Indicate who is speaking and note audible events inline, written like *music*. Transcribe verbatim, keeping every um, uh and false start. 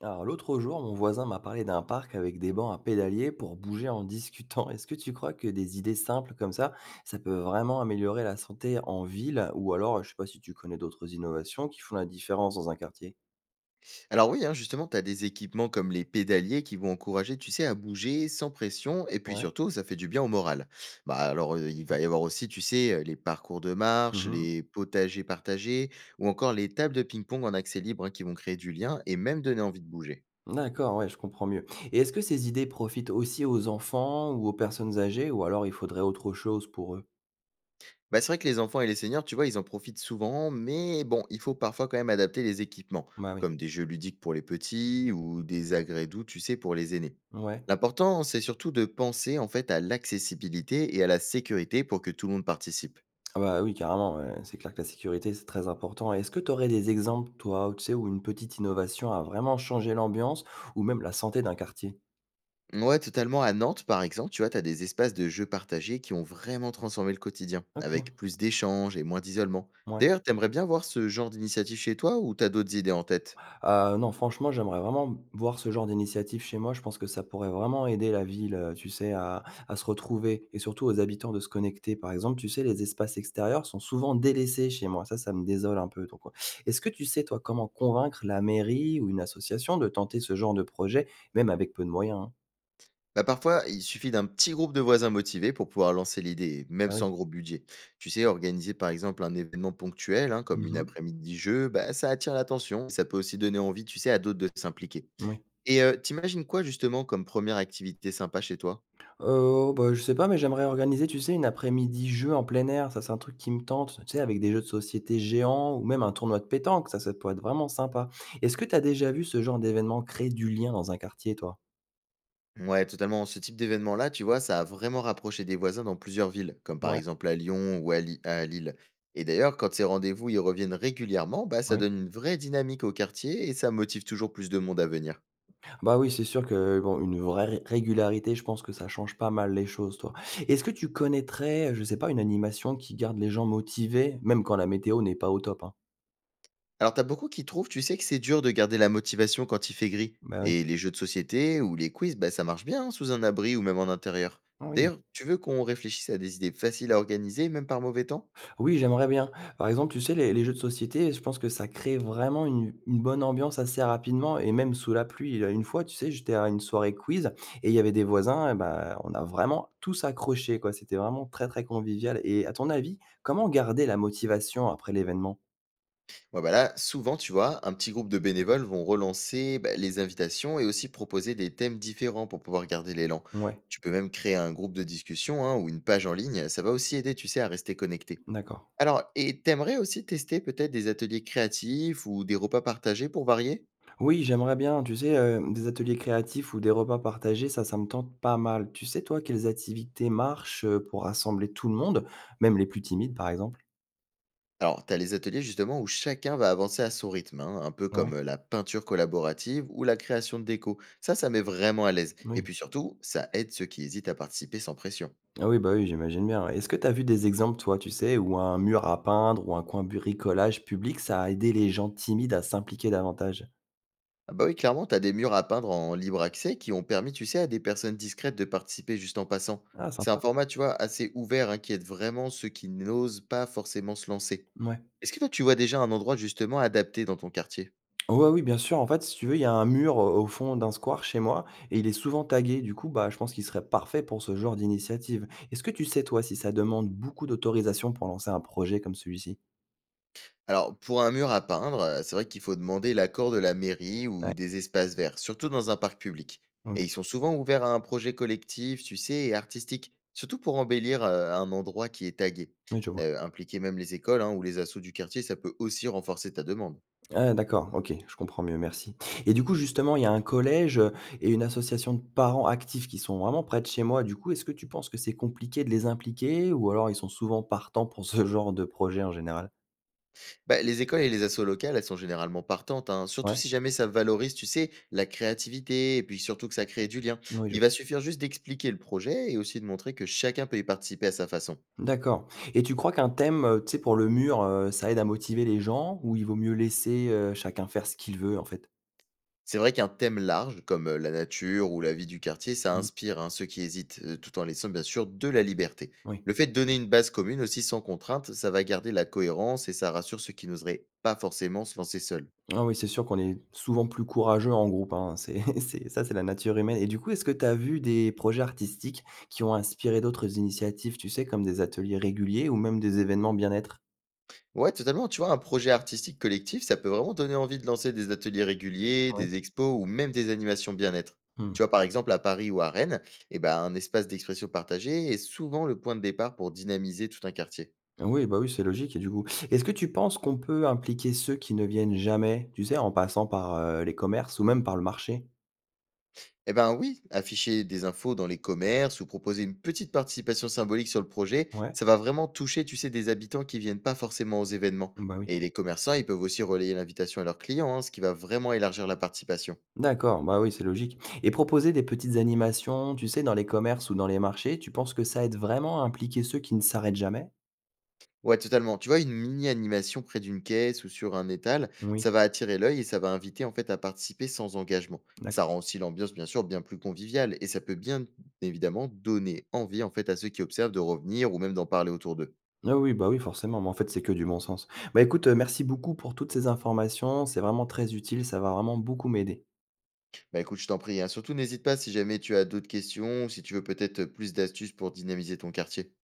Speaker 1: Alors, l'autre jour, mon voisin m'a parlé d'un parc avec des bancs à pédalier pour bouger en *laughs* discutant. Est-ce que tu crois que des idées simples comme ça, ça peut vraiment améliorer la santé en ville? Ou alors, je sais pas si tu connais d'autres innovations qui font la différence dans un quartier.
Speaker 2: Alors oui, hein, justement, tu as des équipements comme les pédaliers qui vont encourager, tu sais, à bouger sans pression et puis
Speaker 1: Ouais.
Speaker 2: surtout, ça fait du bien au moral. Bah alors, euh, il va y avoir aussi, tu sais, euh, les parcours de marche,
Speaker 1: Mhm.
Speaker 2: les potagers partagés ou encore les tables de ping-pong en accès libre hein, qui vont créer du lien et même donner envie de bouger.
Speaker 1: D'accord, ouais, je comprends mieux. Et est-ce que ces idées profitent aussi aux enfants ou aux personnes âgées, ou alors il faudrait autre chose pour eux?
Speaker 2: Bah, c'est vrai que les enfants et les seniors, tu vois, ils en profitent souvent, mais bon, il faut parfois quand même adapter les équipements,
Speaker 1: Bah oui.
Speaker 2: comme des jeux ludiques pour les petits ou des agrès doux, tu sais, pour les aînés.
Speaker 1: Ouais.
Speaker 2: L'important, c'est surtout de penser en fait à l'accessibilité et à la sécurité pour que tout le monde participe.
Speaker 1: Ah bah, oui, carrément, ouais. C'est clair que la sécurité, c'est très important. Et est-ce que tu aurais des exemples, toi, où tu sais, où une petite innovation a vraiment changé l'ambiance ou même la santé d'un quartier?
Speaker 2: Ouais, totalement. À Nantes, par exemple, tu vois, tu as des espaces de jeux partagés qui ont vraiment transformé le quotidien,
Speaker 1: OK,
Speaker 2: avec plus d'échanges et moins d'isolement.
Speaker 1: ouais.
Speaker 2: D'ailleurs, t'aimerais bien voir ce genre d'initiative chez toi ou t'as d'autres idées en tête?
Speaker 1: Heu, non, franchement, j'aimerais vraiment voir ce genre d'initiative chez moi. Je pense que ça pourrait vraiment aider la ville, heu, tu sais, à à se retrouver et surtout aux habitants de se connecter. Par exemple, tu sais, les espaces extérieurs sont souvent délaissés chez moi. Ça, ça me désole un peu. Donc, heu, est-ce que tu sais, toi, comment convaincre la mairie ou une association de tenter ce genre de projet, même avec peu de moyens, hein?
Speaker 2: Bah, parfois, il suffit d'un petit groupe de voisins motivés pour pouvoir lancer l'idée, même
Speaker 1: Bah, oui.
Speaker 2: sans gros budget. Tu sais, organiser par exemple un événement ponctuel, hein, comme une
Speaker 1: Mmh.
Speaker 2: après-midi jeu, bah, ça attire l'attention. Ça peut aussi donner envie, tu sais, à d'autres de s'impliquer.
Speaker 1: Moui.
Speaker 2: Et euh, t'imagines quoi justement comme première activité sympa chez toi?
Speaker 1: Heu, bah, je sais pas, mais j'aimerais organiser, tu sais, une après-midi jeu en plein air. Ça, c'est un truc qui me tente, tu sais, avec des jeux de société géants ou même un tournoi de pétanque. Ça, ça pourrait être vraiment sympa. Est-ce que tu as déjà vu ce genre d'événement créer du lien dans un quartier, toi?
Speaker 2: Ouais, totalement. Ce type d'événement-là, tu vois, ça a vraiment rapproché des voisins dans plusieurs villes, comme par
Speaker 1: Ouais,
Speaker 2: exemple à Lyon ou à, Li- à Lille. Et d'ailleurs, quand ces rendez-vous ils reviennent régulièrement, bah, ça
Speaker 1: oui.
Speaker 2: donne une vraie dynamique au quartier et ça motive toujours plus de monde à venir.
Speaker 1: Bah, oui, c'est sûr que, bon, une vraie ré régularité, je pense que ça change pas mal les choses, toi. Est-ce que tu connaîtrais, je sais pas, une animation qui garde les gens motivés, même quand la météo n'est pas au top, hein?
Speaker 2: Alors, t'as beaucoup qui trouvent, tu sais, que c'est dur de garder la motivation quand il fait gris.
Speaker 1: Bah, oui.
Speaker 2: Et les jeux de société ou les quiz, bah, ça marche bien hein, sous un abri ou même en intérieur.
Speaker 1: Ah oui.
Speaker 2: D'ailleurs, tu veux qu'on réfléchisse à des idées faciles à organiser, même par mauvais temps?
Speaker 1: Oui, j'aimerais bien. Par exemple, tu sais, les les jeux de société, je pense que ça crée vraiment une une bonne ambiance assez rapidement et même sous la pluie. Heu, une fois, tu sais, j'étais à une soirée quiz et il y avait des voisins et bah, on a vraiment tous accroché, quoi. C'était vraiment très, très convivial et à ton avis, comment garder la motivation après l'événement?
Speaker 2: Ouais, bah là, souvent, tu vois, un petit groupe de bénévoles vont relancer bah, les invitations et aussi proposer des thèmes différents pour pouvoir garder l'élan.
Speaker 1: Ouais,
Speaker 2: Tu peux même créer un groupe de discussion hein, ou une page en ligne, ça va aussi aider, tu sais, à rester connecté.
Speaker 1: d'accord.
Speaker 2: Alors, et t'aimerais aussi tester peut-être des ateliers créatifs ou des repas partagés pour varier?
Speaker 1: Oui, j'aimerais bien, tu sais, heu, des ateliers créatifs ou des repas partagés, ça, ça me tente pas mal. Tu sais, toi, quelles activités marchent, heu, pour rassembler tout le monde, même les plus timides, par exemple?
Speaker 2: Alors, tu as les ateliers justement où chacun va avancer à son rythme, hein, un peu
Speaker 1: Ouais,
Speaker 2: comme euh, la peinture collaborative ou la création de déco. Ça, ça met vraiment à l'aise. Et
Speaker 1: oui.
Speaker 2: puis surtout, ça aide ceux qui hésitent à participer sans pression.
Speaker 1: Ah oui, bah oui, j'imagine bien. Est-ce que tu as vu des exemples, toi, tu sais, où un mur à peindre ou un coin bricolage public, ça a aidé les gens timides à s'impliquer davantage?
Speaker 2: Ah bah oui, clairement, tu as des murs à peindre en libre accès qui ont permis, tu sais, à des personnes discrètes de participer juste en passant.
Speaker 1: Ah,
Speaker 2: C'est un
Speaker 1: sympa.
Speaker 2: format, tu vois, assez ouvert hein, qui aide vraiment ceux qui n'osent pas forcément se lancer.
Speaker 1: Ouais.
Speaker 2: Est-ce que toi, tu vois déjà un endroit justement adapté dans ton quartier?
Speaker 1: Ouais, oui, bien sûr. En fait, si tu veux, il y a un mur, heu, au fond d'un square chez moi et il est souvent tagué. Du coup, bah, je pense qu'il serait parfait pour ce genre d'initiative. Est-ce que tu sais, toi, si ça demande beaucoup d'autorisation pour lancer un projet comme celui-ci?
Speaker 2: Alors, pour un mur à peindre, euh, c'est vrai qu'il faut demander l'accord de la mairie ou
Speaker 1: Ouais,
Speaker 2: des espaces verts, surtout dans un parc public. Et
Speaker 1: OK.
Speaker 2: ils sont souvent ouverts à un projet collectif, tu sais, et artistique, surtout pour embellir euh, un endroit qui est tagué.
Speaker 1: Oui, je vois.
Speaker 2: Euh, impliquer même les écoles hein, ou les assos du quartier, ça peut aussi renforcer ta demande.
Speaker 1: Ah d'accord, OK, je comprends mieux, merci. Et du coup, justement, il y a un collège, heu, et une association de parents actifs qui sont vraiment près de chez moi. Du coup, est-ce que tu penses que c'est compliqué de les impliquer ou alors ils sont souvent partants pour ce *laughs* genre de projet en général?
Speaker 2: Bah, les écoles et les assos locales, elles sont généralement partantes, hein, surtout
Speaker 1: Ouais?
Speaker 2: si jamais ça valorise, tu sais, la créativité, et puis surtout que ça crée du lien.
Speaker 1: Oui, je
Speaker 2: Il va suffire juste d'expliquer le projet et aussi de montrer que chacun peut y participer à sa façon.
Speaker 1: d'accord. Et tu crois qu'un thème, heu, tu sais, pour le mur, heu, ça aide à motiver les gens ou il vaut mieux laisser, heu, chacun faire ce qu'il veut en fait?
Speaker 2: C'est vrai qu'un thème large, comme euh, la nature ou la vie du quartier, ça
Speaker 1: Mmh.
Speaker 2: inspire hein, ceux qui hésitent, euh, tout en laissant bien sûr de la liberté.
Speaker 1: Oui.
Speaker 2: Le fait de donner une base commune aussi sans contrainte, ça va garder la cohérence et ça rassure ceux qui n'oseraient pas forcément se lancer seuls.
Speaker 1: Ah oui, c'est sûr qu'on est souvent plus courageux en groupe, hein. C'est *laughs* c'est ça, c'est la nature humaine et du coup, est-ce que tu as vu des projets artistiques qui ont inspiré d'autres initiatives, tu sais, comme des ateliers réguliers ou même des événements bien-être?
Speaker 2: Ouais, totalement. Tu vois, un projet artistique collectif, ça peut vraiment donner envie de lancer des ateliers réguliers,
Speaker 1: Oui.
Speaker 2: des expos ou même des animations bien-être.
Speaker 1: Mmh.
Speaker 2: Tu vois, par exemple, à Paris ou à Rennes, eh ben, un espace d'expression partagée est souvent le point de départ pour dynamiser tout un quartier.
Speaker 1: Ah oui, bah, oui, c'est logique et du coup est-ce que tu penses qu'on peut impliquer ceux qui ne viennent jamais, tu sais, en passant par, heu, les commerces ou même par le marché?
Speaker 2: Eh ben oui, afficher des infos dans les commerces ou proposer une petite participation symbolique sur le projet,
Speaker 1: Ouais,
Speaker 2: ça va vraiment toucher, tu sais, des habitants qui viennent pas forcément aux événements.
Speaker 1: bah, oui.
Speaker 2: Et les commerçants, ils peuvent aussi relayer l'invitation à leurs clients, hein, ce qui va vraiment élargir la participation.
Speaker 1: D'accord, bah, oui, c'est logique et proposer des petites animations, tu sais, dans les commerces ou dans les marchés, tu penses que ça aide vraiment à impliquer ceux qui ne s'arrêtent jamais?
Speaker 2: Ouais, totalement. Tu vois, une mini-animation près d'une caisse ou sur un étal,
Speaker 1: Oui,
Speaker 2: ça va attirer l'œil et ça va inviter en fait à participer sans engagement. Ça
Speaker 1: d'accord.
Speaker 2: rend aussi l'ambiance, bien sûr, bien plus conviviale et ça peut bien évidemment donner envie en fait à ceux qui observent de revenir ou même d'en parler autour d'eux.
Speaker 1: Ah oui, bah oui, forcément, mais en fait, c'est que du bon sens. Bah écoute, heu, merci beaucoup pour toutes ces informations, c'est vraiment très utile, ça va vraiment beaucoup m'aider.
Speaker 2: Bah écoute, je t'en prie, hein. Surtout, n'hésite pas si jamais tu as d'autres questions ou si tu veux peut-être plus d'astuces pour dynamiser ton quartier.